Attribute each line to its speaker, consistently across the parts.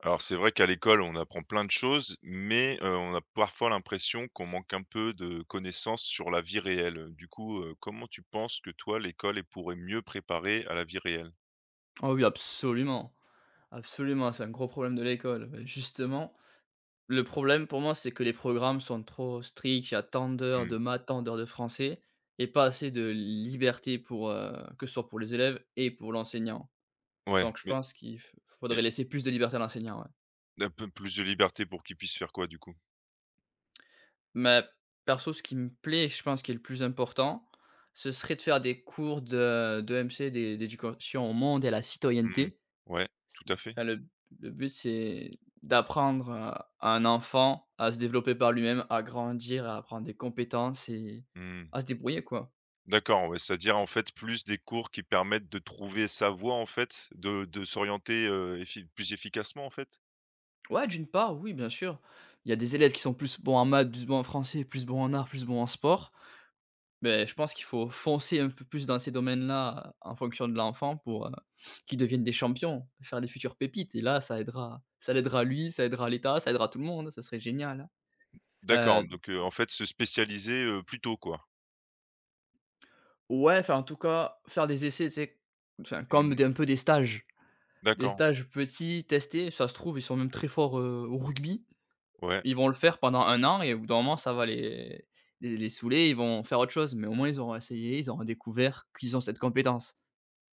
Speaker 1: Alors c'est vrai qu'à l'école, on apprend plein de choses, mais on a parfois l'impression qu'on manque un peu de connaissances sur la vie réelle. Du coup, comment tu penses que toi, l'école, elle pourrait mieux préparer à la vie réelle?
Speaker 2: Oh oui, absolument. Absolument, c'est un gros problème de l'école. Bah, justement, le problème pour moi, c'est que les programmes sont trop stricts. Il y a tant d'heures
Speaker 1: Mmh.
Speaker 2: de maths, tant d'heures de français et pas assez de liberté pour, que ce soit pour les élèves et pour l'enseignant.
Speaker 1: Ouais,
Speaker 2: Donc je
Speaker 1: mais
Speaker 2: pense qu'il f
Speaker 1: et
Speaker 2: faudrait laisser plus de liberté à l'enseignant, ouais.
Speaker 1: un peu plus de liberté pour qu'ils puissent faire quoi, du coup?
Speaker 2: Mais perso, ce qui me plaît et je pense qui est le plus important, ce serait de faire des cours de d'EMC, d'éducation au monde et à la
Speaker 1: Mmh.
Speaker 2: citoyenneté.
Speaker 1: Ouais, tout
Speaker 2: C'est
Speaker 1: à fait.
Speaker 2: enfin le but c'est d'apprendre à un enfant à se développer par lui-même, à grandir, à apprendre des compétences et
Speaker 1: Mmh.
Speaker 2: à se débrouiller quoi.
Speaker 1: D'accord, ouais, c'est-à-dire, en fait, plus des cours qui permettent de trouver sa voie, en fait, de s'orienter, effi plus efficacement, en fait?
Speaker 2: Ouais, d'une part, oui, bien sûr. Il y a des élèves qui sont plus bons en maths, plus bons en français, plus bons en arts, plus bons en sport. Mais je pense qu'il faut foncer un peu plus dans ces domaines-là en fonction de l'enfant pour, qu'ils deviennent des champions, faire des futures pépites et là ça l'aidera lui, ça aidera l'État, ça aidera tout le monde, ça serait génial.
Speaker 1: D'accord,
Speaker 2: Heu
Speaker 1: donc en fait, se spécialiser, plus tôt, quoi?
Speaker 2: Ouais, enfin, en tout cas, faire des essais, tu sais, enfin,
Speaker 1: Mmh.
Speaker 2: comme des un peu des stages. Des
Speaker 1: D'accord,
Speaker 2: stages petits, testés. Ça se trouve, ils sont même très forts, au rugby.
Speaker 1: ouais.
Speaker 2: Ils vont le faire pendant un an et au bout d'un moment, ça va les saouler, ils vont faire autre chose, mais au moins ils auront essayé, ils auront découvert qu'ils ont cette compétence.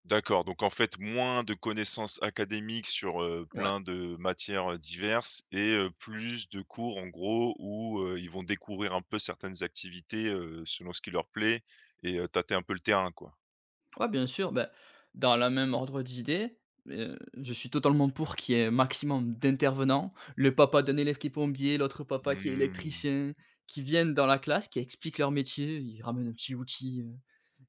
Speaker 1: D'accord, donc en fait, moins de connaissances académiques sur,
Speaker 2: Ouais.
Speaker 1: plein de matières, diverses et plus de cours en gros où, ils vont découvrir un peu certaines activités, selon ce qui leur plaît et tâter un peu le terrain, quoi.
Speaker 2: Ouais, bien sûr, bah, dans la même ordre d'idée, je suis totalement pour qu'il y ait un maximum d'intervenants. Le papa d'un élève qui est plombier, l'autre papa qui est
Speaker 1: Mmh.
Speaker 2: électricien, qui viennent dans la classe, qui expliquent leur métier, ils ramènent un petit outil,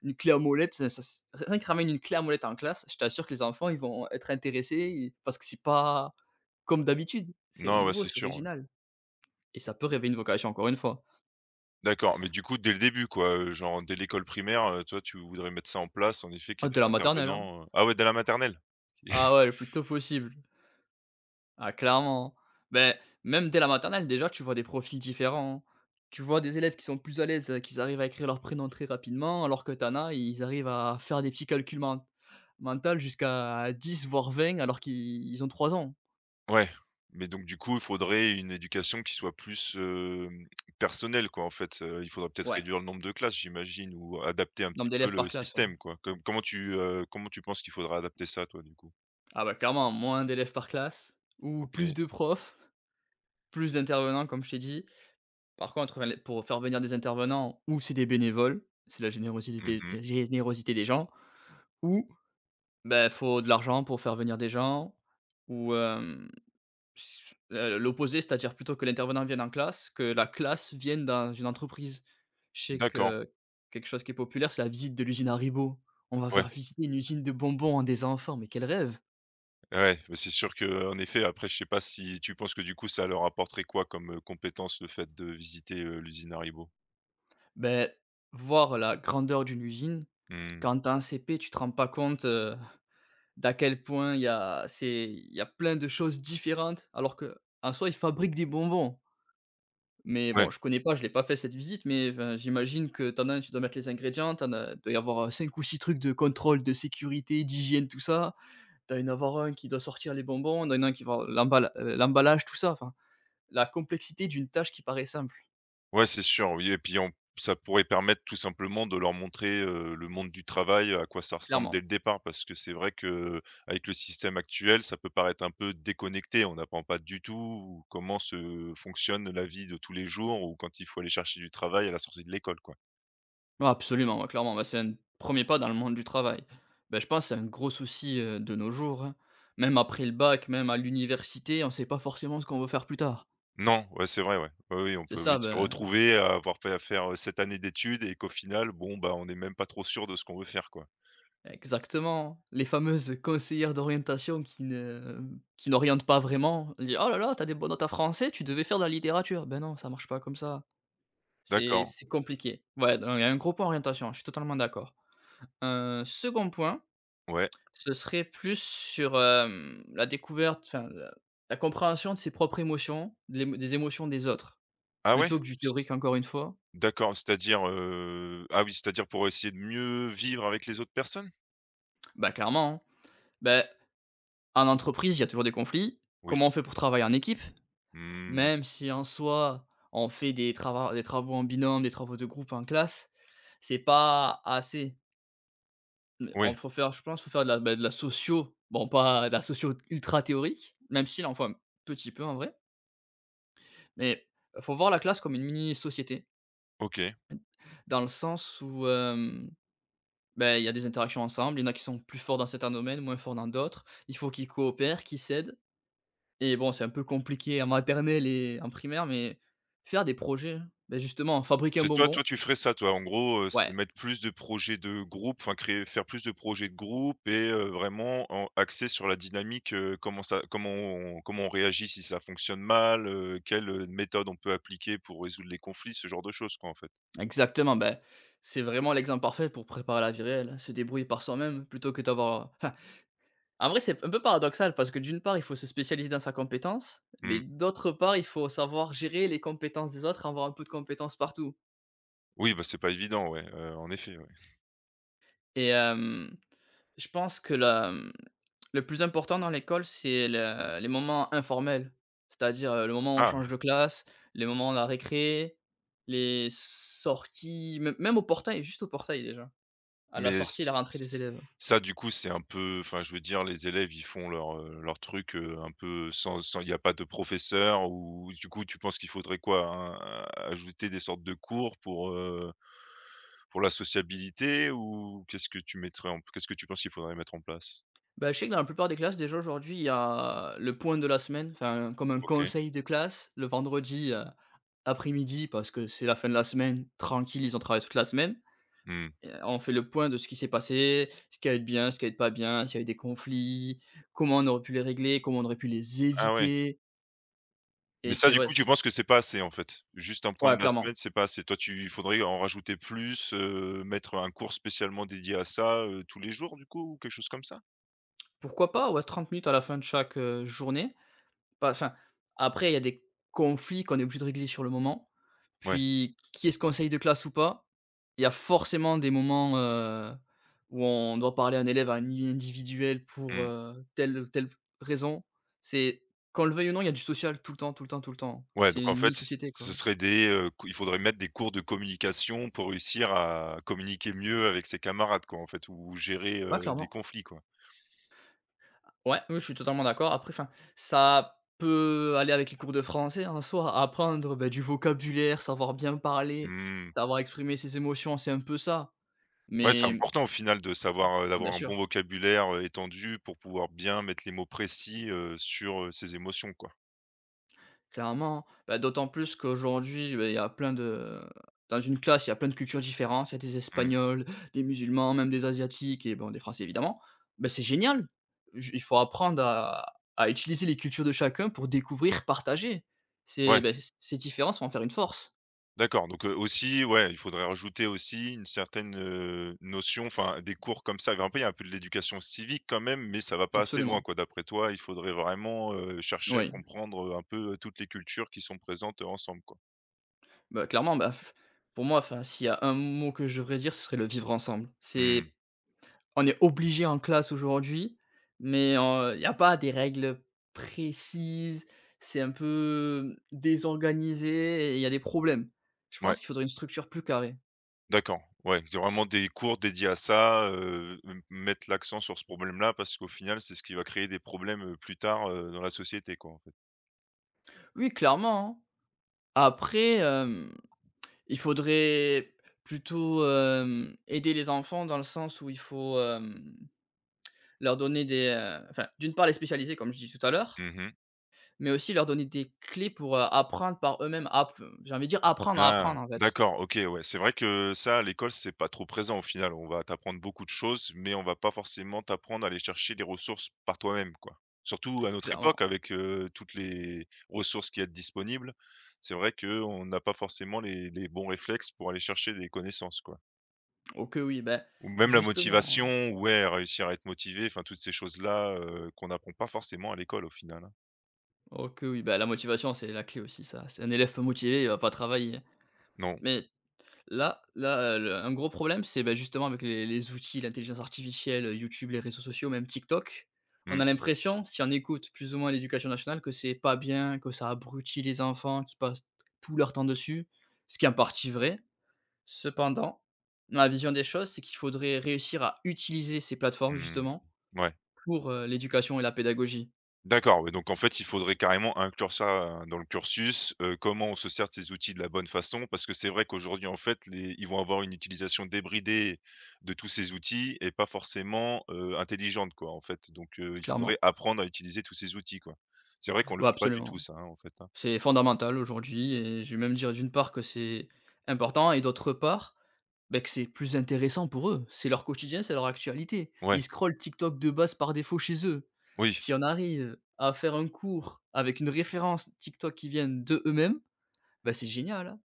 Speaker 2: une clé à molette, ça, rien que ramène une clé à molette en classe, je t'assure que les enfants, ils vont être intéressés et parce que c'est pas comme d'habitude. C'est
Speaker 1: Non, ouais,
Speaker 2: nouveau,
Speaker 1: c'est
Speaker 2: c'est
Speaker 1: sûr, ouais.
Speaker 2: original. Et ça peut réveiller une vocation, encore une fois.
Speaker 1: D'accord, mais du coup, dès le début, quoi, genre dès l'école primaire, toi, tu voudrais mettre ça en place, en effet, qu'il
Speaker 2: Ah,
Speaker 1: y ait
Speaker 2: dès
Speaker 1: des
Speaker 2: la maternelle, hein.
Speaker 1: intervenants, ah ouais, dès la maternelle?
Speaker 2: Ah ouais, le plus tôt possible. Ah, clairement. Ben, même dès la maternelle, déjà, tu vois des profils différents. Tu vois des élèves qui sont plus à l'aise, qu'ils arrivent à écrire leur prénom très rapidement, alors que t'en as, ils arrivent à faire des petits calculs mentaux jusqu'à 10 voire 20 alors qu'ils ils ont 3 ans.
Speaker 1: Ouais, mais donc du coup, il faudrait une éducation qui soit plus, personnelle, quoi, en fait, il faudrait peut-être
Speaker 2: Ouais,
Speaker 1: réduire le nombre de classes, j'imagine, ou adapter un petit
Speaker 2: nombre
Speaker 1: peu
Speaker 2: d'élèves par
Speaker 1: le
Speaker 2: classe. Ouais.
Speaker 1: système, quoi? Comment tu, comment tu penses qu'il faudra adapter ça, toi, du coup?
Speaker 2: Ah bah clairement, moins d'élèves par classe ou
Speaker 1: OK.
Speaker 2: plus de profs, plus d'intervenants comme je t'ai dit. Par contre, enfin, pour faire venir des intervenants, ou c'est des bénévoles, c'est
Speaker 1: Mmh.
Speaker 2: générosité des gens, ou ben faut de l'argent pour faire venir des gens, ou l'opposé, c'est-à-dire plutôt que l'intervenant vienne en classe, que la classe vienne dans une entreprise. Je sais
Speaker 1: D'accord.
Speaker 2: que quelque chose qui est populaire, c'est la visite de l'usine Haribo. On va
Speaker 1: Ouais,
Speaker 2: faire visiter une usine de bonbons à des enfants, mais quel rêve!
Speaker 1: ouais, bah, c'est sûr que en effet, après, je sais pas si tu penses que, du coup, ça leur apporterait quoi comme, compétence, le fait de visiter, l'usine Haribo?
Speaker 2: Ben voir la grandeur d'une usine,
Speaker 1: Mmh.
Speaker 2: quand tu es en CP, tu te rends pas compte, d'à quel point il y a plein de choses différentes, alors qu'en soi, ils fabriquent des bonbons. Mais
Speaker 1: Ouais.
Speaker 2: bon, je connais pas, je l'ai pas fait cette visite, mais enfin, j'imagine que t'en as un, tu dois mettre les ingrédients, t'en en as doit y avoir, 5 ou 6 trucs de contrôle, de sécurité, d'hygiène, tout ça. T'as une y avoir un qui doit sortir les bonbons, t'en y a un qui va l'emballage, tout ça, enfin, la complexité d'une tâche qui paraît simple,
Speaker 1: Ouais, c'est sûr, oui et puis on ça pourrait permettre tout simplement de leur montrer, le monde du travail, à quoi ça ressemble dès
Speaker 2: clairement.
Speaker 1: le départ. Parce que c'est vrai que avec le système actuel, ça peut paraître un peu déconnecté. On n'apprend pas du tout comment se fonctionne la vie de tous les jours ou quand il faut aller chercher du travail à la sortie de l'école, quoi.
Speaker 2: Ah absolument, ouais, clairement, bah, c'est un premier pas dans le monde du travail. Bah, je pense que c'est un gros souci, de nos jours, hein. Même après le bac, même à l'université, on ne sait pas forcément ce qu'on veut faire plus tard.
Speaker 1: Non, ouais, c'est vrai, ouais. Oui, oui, on
Speaker 2: C'est
Speaker 1: peut
Speaker 2: ça,
Speaker 1: vite se
Speaker 2: ben
Speaker 1: retrouver à avoir fait à faire, 7 années d'études et qu'au final, bon, bah, on est même pas trop sûr de ce qu'on veut faire, quoi.
Speaker 2: exactement, les fameuses conseillères d'orientation qui n'orientent pas vraiment. On dit: «Oh là là, t'as des bonnes notes à français, tu devais faire de la littérature». Ben non, ça marche pas comme ça. C'est
Speaker 1: D'accord,
Speaker 2: c'est compliqué. Ouais, non, il y a un gros point orientation, je suis totalement d'accord. Un second point,
Speaker 1: ouais.
Speaker 2: ce serait plus sur, la découverte, enfin, la compréhension de ses propres émotions, de l'ém des émotions des autres,
Speaker 1: Ah ouais?
Speaker 2: plutôt que du théorique encore une fois.
Speaker 1: D'accord, c'est-à-dire, ah oui, c'est-à-dire pour essayer de mieux vivre avec les autres personnes?
Speaker 2: Bah, clairement, hein. Bah, en entreprise, il y a toujours des conflits.
Speaker 1: Oui.
Speaker 2: Comment on fait pour travailler en équipe?
Speaker 1: Mmh.
Speaker 2: Même si en soi, on fait des travaux en binôme, des travaux de groupe en classe, c'est pas assez. Mais
Speaker 1: Ouais,
Speaker 2: on faut faire je pense, faut faire de la, bah, de la socio, bon pas de la socio ultra théorique, même s'il en faut un petit peu en vrai, mais faut voir la classe comme une mini société.
Speaker 1: OK.
Speaker 2: Dans le sens où, bah, il y a des interactions ensemble, il y en a qui sont plus forts dans certains domaines, moins forts dans d'autres. Il faut qu'ils coopèrent, qu'ils s'aident et bon, c'est un peu compliqué en maternelle et en primaire, mais faire des projets, ben justement, fabriquer un
Speaker 1: C'est toi
Speaker 2: bonbon.
Speaker 1: toi, tu ferais ça, toi, en gros, c'est
Speaker 2: Ouais,
Speaker 1: mettre plus de projets de groupe, enfin créer faire plus de projets de groupe et vraiment en axer sur la dynamique, comment on réagit si ça fonctionne mal, quelle, méthode on peut appliquer pour résoudre les conflits, ce genre de choses, quoi, en fait?
Speaker 2: exactement, ben c'est vraiment l'exemple parfait pour préparer la vie réelle. Se débrouiller par soi-même plutôt que d'avoir enfin, en vrai, c'est un peu paradoxal parce que d'une part, il faut se spécialiser dans sa compétence, mais
Speaker 1: Mmh.
Speaker 2: d'autre part, il faut savoir gérer les compétences des autres, avoir un peu de compétences partout.
Speaker 1: Oui, bah, c'est pas évident, ouais, en effet, ouais.
Speaker 2: Et je pense que le plus important dans l'école, c'est le les moments informels. C'est-à-dire, le moment où on
Speaker 1: Ah!
Speaker 2: change de classe, les moments à la récré, les sorties, même au portail, juste au portail déjà, à la
Speaker 1: Mais
Speaker 2: sortie et la rentrée des
Speaker 1: ç
Speaker 2: élèves.
Speaker 1: Ça du coup, c'est un peu enfin, je veux dire, les élèves, ils font leur, leur truc, heu, un peu sans il n'y a pas de professeur ou du coup, tu penses qu'il faudrait quoi? Ajouter des sortes de cours pour la sociabilité ou qu'est-ce que tu mettrais en qu'est-ce que tu penses qu'il faudrait mettre en place?
Speaker 2: Bah, je sais que dans la plupart des classes déjà aujourd'hui, il y a le point de la semaine, enfin comme un
Speaker 1: OK.
Speaker 2: conseil de classe le vendredi, après-midi parce que c'est la fin de la semaine, tranquille, ils ont travaillé toute la semaine.
Speaker 1: Mmh.
Speaker 2: On fait le point de ce qui s'est passé, ce qui a été bien, ce qui a été pas bien, s'il y a eu des conflits, comment on aurait pu les régler, comment on aurait pu les
Speaker 1: Ah ouais.
Speaker 2: éviter
Speaker 1: Mais
Speaker 2: et
Speaker 1: ça,
Speaker 2: c'est
Speaker 1: du coup, tu penses que c'est pas assez, en fait? Juste un point
Speaker 2: ouais,
Speaker 1: de la semaine,
Speaker 2: clairement.
Speaker 1: c'est pas assez. Toi, tu il faudrait en rajouter plus, mettre un cours spécialement dédié à ça, tous les jours, du coup, ou quelque chose comme ça?
Speaker 2: Pourquoi pas, ouais, 30 minutes à la fin de chaque, journée. Bah, enfin, après, il y a des conflits qu'on est obligé de régler sur le moment.
Speaker 1: Ouais.
Speaker 2: Puis, qui est ce conseil de classe ou pas, il y a forcément des moments, où on doit parler à un élève à un niveau individuel pour,
Speaker 1: Mmh.
Speaker 2: telle ou telle raison. C'est qu'on le veuille ou non, il y a du social tout le temps, tout le temps, tout le temps.
Speaker 1: Ouais,
Speaker 2: C'est
Speaker 1: donc en
Speaker 2: une
Speaker 1: fait, c
Speaker 2: mini-société,
Speaker 1: ce
Speaker 2: quoi.
Speaker 1: serait des, cou il faudrait mettre des cours de communication pour réussir à communiquer mieux avec ses camarades, quoi, en fait, ou gérer,
Speaker 2: Ouais,
Speaker 1: les
Speaker 2: clairement.
Speaker 1: conflits, quoi.
Speaker 2: Ouais, oui, je suis totalement d'accord. Après, enfin, ça peut aller avec les cours de français en soi, apprendre, bah, du vocabulaire, savoir bien parler,
Speaker 1: Mmh.
Speaker 2: savoir exprimer ses émotions, c'est un peu ça.
Speaker 1: Ouais, c'est
Speaker 2: Mais
Speaker 1: important au final de savoir,
Speaker 2: ah bien
Speaker 1: d'avoir un bon
Speaker 2: sûr,
Speaker 1: vocabulaire, étendu pour pouvoir bien mettre les mots précis, sur, ses émotions, quoi.
Speaker 2: clairement. Bah, d'autant plus qu'aujourd'hui, beh, il y a plein de dans une classe, il y a plein de cultures différentes. Il y a des
Speaker 1: Mmh.
Speaker 2: Espagnols, des musulmans, même des Asiatiques et bon, des Français évidemment. Bah, c'est génial! J Il faut apprendre à utiliser les cultures de chacun pour découvrir, partager.
Speaker 1: Ouais.
Speaker 2: C'est, beh, c ces différences vont en faire une force.
Speaker 1: D'accord, donc aussi, ouais, il faudrait rajouter aussi une certaine, notion, enfin des cours comme ça, grimper, il y a un peu de l'éducation civique quand même, mais ça va pas assez loin
Speaker 2: Absolument.
Speaker 1: quoi, d'après toi? Il faudrait vraiment, chercher à
Speaker 2: Oui.
Speaker 1: comprendre, un peu, toutes les cultures qui sont présentes, ensemble quoi?
Speaker 2: Bah, clairement, bah, f pour moi, enfin, s'il y a un mot que je devrais dire, ce serait le vivre ensemble.
Speaker 1: Mmh.
Speaker 2: C'est on est obligé en classe aujourd'hui, mais il y a pas des règles précises, c'est un peu désorganisé et il y a des problèmes. Je
Speaker 1: Ouais,
Speaker 2: pense qu'il faudrait une structure plus carrée.
Speaker 1: d'accord, ouais, il y a vraiment des cours dédiés à ça, m mettre l'accent sur ce problème-là parce qu'au final, c'est ce qui va créer des problèmes, plus tard, dans la société quoi, en fait?
Speaker 2: Oui, clairement, hein. Après, il faudrait plutôt, aider les enfants dans le sens où il faut, leur donner des, enfin, d'une part les spécialiser comme je dis tout à l'heure,
Speaker 1: Mmh.
Speaker 2: mais aussi leur donner des clés pour, apprendre par eux-mêmes, app j'ai envie de dire apprendre à
Speaker 1: Ah,
Speaker 2: apprendre en fait,
Speaker 1: d'accord, OK, ouais. C'est vrai que ça, à l'école, c'est pas trop présent au final. On va t'apprendre beaucoup de choses, mais on va pas forcément t'apprendre à aller chercher les ressources par toi-même, quoi. Surtout à notre époque
Speaker 2: clairement.
Speaker 1: avec, toutes les ressources qui sont disponibles, c'est vrai qu'on n'a pas forcément les bons réflexes pour aller chercher des connaissances, quoi.
Speaker 2: Oh que oui, bah,
Speaker 1: Ou même la
Speaker 2: justement, hein.
Speaker 1: motivation, ouais, réussir à être motivé, enfin toutes ces choses-là, qu'on n'apprend pas forcément à l'école au final, hein.
Speaker 2: Oh que oui, bah, la motivation, c'est la clé aussi ça. C'est un élève motivé, il va pas travailler. Hein.
Speaker 1: Non.
Speaker 2: Mais là là, le un gros problème, c'est, bah, justement avec les outils, l'intelligence artificielle, YouTube, les réseaux sociaux, même TikTok, on
Speaker 1: Mmh,
Speaker 2: a l'impression, si on écoute plus ou moins l'éducation nationale, que c'est pas bien, que ça abrutit les enfants qui passent tout leur temps dessus, ce qui est en partie vrai. Cependant, ma vision des choses, c'est qu'il faudrait réussir à utiliser ces plateformes
Speaker 1: mmh,
Speaker 2: justement
Speaker 1: ouais.
Speaker 2: pour, l'éducation et la pédagogie,
Speaker 1: D'accord, oui, donc en fait, il faudrait carrément inclure ça, dans le cursus, comment on se sert de ces outils de la bonne façon. Parce que c'est vrai qu'aujourd'hui, en fait, les ils vont avoir une utilisation débridée de tous ces outils et pas forcément, intelligente, quoi, en fait. Donc il faudrait
Speaker 2: clairement.
Speaker 1: apprendre à utiliser tous ces outils, quoi. C'est vrai qu'on le
Speaker 2: Ouais,
Speaker 1: fait pas du tout
Speaker 2: absolument.
Speaker 1: ça, hein, en fait, hein.
Speaker 2: C'est fondamental aujourd'hui et je vais même dire d'une part que c'est important et d'autre part, ben que c'est plus intéressant pour eux. C'est leur quotidien, c'est leur actualité.
Speaker 1: Ouais,
Speaker 2: Ils scrollent TikTok de base par défaut chez eux.
Speaker 1: oui,
Speaker 2: Si on arrive à faire un cours avec une référence TikTok qui vient de eux mêmes, ben c'est génial, hein.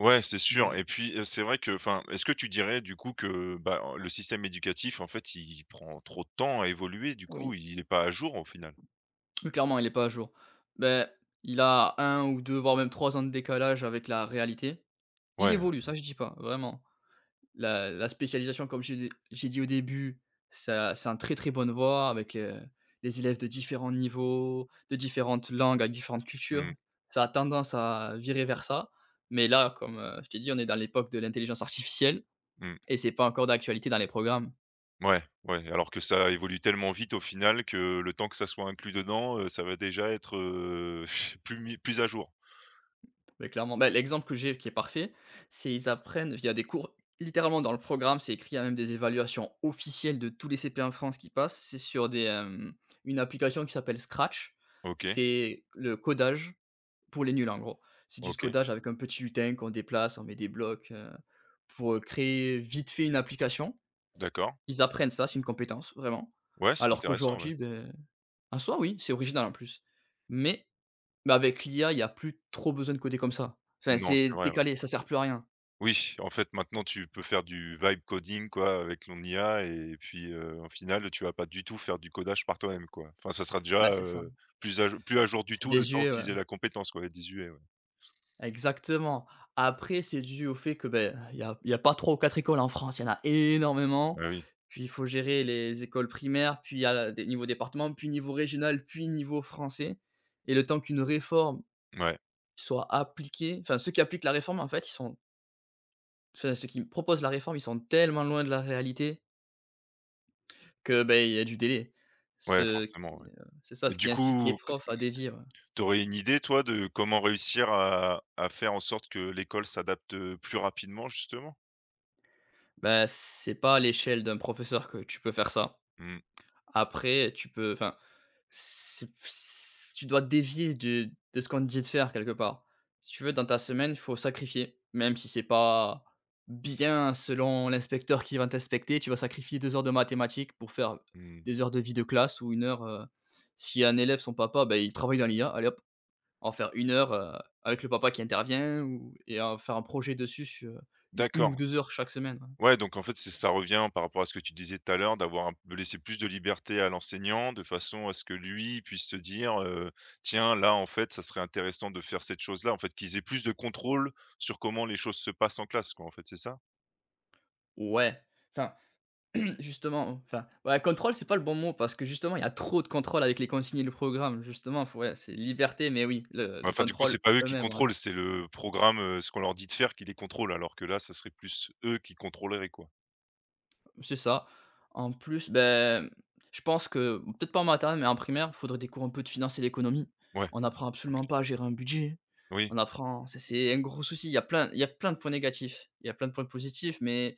Speaker 1: ouais, c'est sûr
Speaker 2: Je
Speaker 1: et puis, c'est vrai que enfin, est-ce que tu dirais du coup que, bah, le système éducatif, en fait, il prend trop de temps à évoluer, du coup,
Speaker 2: Oui,
Speaker 1: il n'est pas à jour, au final?
Speaker 2: oui, clairement, il est pas à jour. Ben il a un ou 2, voire même 3 ans de décalage avec la réalité. Il
Speaker 1: Ouais,
Speaker 2: évolue, ça je dis pas, vraiment. La spécialisation, comme j'ai dit au début, ça c'est un très, très bonne voie avec, les élèves de différents niveaux, de différentes langues, avec différentes cultures.
Speaker 1: mmh,
Speaker 2: Ça a tendance à virer vers ça, mais là, comme, je t'ai dit, on est dans l'époque de l'intelligence artificielle
Speaker 1: mmh.
Speaker 2: et c'est pas encore d'actualité dans les programmes.
Speaker 1: Ouais, ouais, alors que ça évolue tellement vite au final que le temps que ça soit inclus dedans, ça va déjà être, plus à jour.
Speaker 2: Mais clairement, bah, l'exemple que j'ai qui est parfait, c'est ils apprennent via des cours littéralement dans le programme, c'est écrit, il y a même des évaluations officielles de tous les CP en France qui passent. C'est sur des, une application qui s'appelle Scratch.
Speaker 1: OK,
Speaker 2: C'est le codage pour les nuls, en gros. C'est du
Speaker 1: OK,
Speaker 2: codage avec un petit lutin qu'on déplace, on met des blocs, pour, créer vite fait une application.
Speaker 1: d'accord.
Speaker 2: Ils apprennent ça, c'est une compétence, vraiment.
Speaker 1: Ouais, c'est
Speaker 2: Alors
Speaker 1: intéressant, ouais.
Speaker 2: qu'aujourd'hui, beh en soi, oui, c'est original en plus. Mais mais avec l'IA, il y a plus trop besoin de coder comme ça. Enfin,
Speaker 1: Non,
Speaker 2: c'est
Speaker 1: c'est vrai, ouais.
Speaker 2: décalé, ça sert plus à rien.
Speaker 1: Oui, en fait, maintenant tu peux faire du vibe coding quoi avec ton IA et puis, au final, tu vas pas du tout faire du codage par toi-même quoi. Enfin, ça sera
Speaker 2: Bah,
Speaker 1: déjà,
Speaker 2: c'est ça,
Speaker 1: plus à jour du
Speaker 2: c'est
Speaker 1: tout le temps
Speaker 2: désuet, ouais.
Speaker 1: qu'ils aient la compétence quoi, les 10 UE, ouais.
Speaker 2: Exactement. Après, c'est dû au fait que, beh, il y a pas 3 ou 4 écoles en France, il y en a énormément.
Speaker 1: Bah oui,
Speaker 2: Puis il faut gérer les écoles primaires, puis il y a des niveau département, puis niveau régional, puis niveau français. Et le temps qu'une réforme
Speaker 1: ouais,
Speaker 2: soit appliquée, enfin ceux qui appliquent la réforme en fait, ils sont enfin ceux qui proposent la réforme, ils sont tellement loin de la réalité. Que, ben il y a du délai.
Speaker 1: ouais,
Speaker 2: Ce
Speaker 1: forcément,
Speaker 2: qui,
Speaker 1: ouais.
Speaker 2: heu c'est ça,
Speaker 1: Et
Speaker 2: ce
Speaker 1: du
Speaker 2: qui incite les
Speaker 1: coup
Speaker 2: profs à dévier, ouais.
Speaker 1: T'aurais une idée, toi, de comment réussir à faire en sorte que l'école s'adapte, plus rapidement, justement?
Speaker 2: Bah, c'est pas à l'échelle d'un professeur que tu peux faire ça.
Speaker 1: Mmh
Speaker 2: Après, tu peux enfin, c'est s tu dois dévier de ce qu'on te dit de faire quelque part. Si tu veux, dans ta semaine, il faut sacrifier, même si c'est pas bien selon l'inspecteur qui va t'inspecter, tu vas sacrifier 2 heures de mathématiques pour faire
Speaker 1: mh.
Speaker 2: des heures de vie de classe ou une heure, si un élève, son papa, bah, il travaille dans l'IA, allez hop. En faire une heure, avec le papa qui intervient ou et en faire un projet dessus sur u une ou
Speaker 1: D'accord.
Speaker 2: 2 heures chaque semaine.
Speaker 1: Ouais, donc en fait, c'est ça revient par rapport à ce que tu disais tout à l'heure, d'avoir un de laisser plus de liberté à l'enseignant, de façon à ce que lui puisse se dire, «Tiens, là, en fait, ça serait intéressant de faire cette chose-là», en fait, qu'ils aient plus de contrôle sur comment les choses se passent en classe, quoi, en fait, c'est ça?
Speaker 2: Ouais, enfin, justement, enfin, ouais, contrôle, c'est pas le bon mot parce que justement, il y a trop de contrôle avec les consignes et le programme. Justement, faut ouais, c'est liberté, mais oui, le
Speaker 1: Bah,
Speaker 2: le
Speaker 1: enfin, du coup, c'est
Speaker 2: contrôle
Speaker 1: pas eux qui
Speaker 2: eux-mêmes, ouais.
Speaker 1: contrôlent, c'est le programme, ce qu'on leur dit de faire qui les contrôle, alors que là, ça serait plus eux qui contrôleraient, quoi?
Speaker 2: C'est ça. En plus, ben, je pense que peut-être pas en maternelle, mais en primaire, il faudrait des cours un peu de finance et d'économie.
Speaker 1: Ouais,
Speaker 2: On apprend absolument
Speaker 1: OK.
Speaker 2: pas à gérer un budget.
Speaker 1: Oui.
Speaker 2: On apprend ça c'est un gros souci. Il y a plein de points négatifs. Il y a plein de points positifs, mais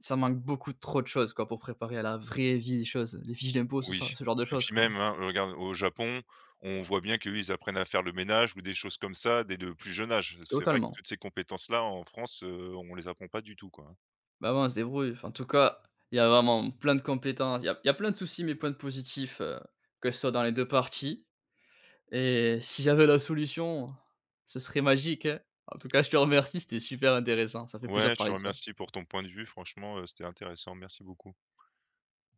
Speaker 2: ça manque beaucoup trop de choses, quoi, pour préparer à la vraie vie les choses. Les fiches d'impôts, c'est ça,
Speaker 1: Oui
Speaker 2: ce genre de
Speaker 1: et
Speaker 2: choses,
Speaker 1: puis
Speaker 2: quoi.
Speaker 1: même, hein, regarde au Japon, on voit bien qu'eux, ils apprennent à faire le ménage ou des choses comme ça dès le plus jeune âge. C'est vrai que
Speaker 2: Totalement.
Speaker 1: toutes ces compétences-là, en France, on les apprend pas du tout, quoi, hein.
Speaker 2: Bah, ouais, on se débrouille. Enfin, en tout cas, il y a vraiment plein de compétences. Il y a plein de soucis, mais plein de positifs, que ce soit dans les 2 parties et si j'avais la solution, ce serait magique, hein. En tout cas, je te remercie, c'était super intéressant. Ça fait plaisir
Speaker 1: Ouais,
Speaker 2: de
Speaker 1: je te
Speaker 2: parler de
Speaker 1: remercie
Speaker 2: ça.
Speaker 1: pour ton point de vue. Franchement, c'était intéressant. Merci beaucoup.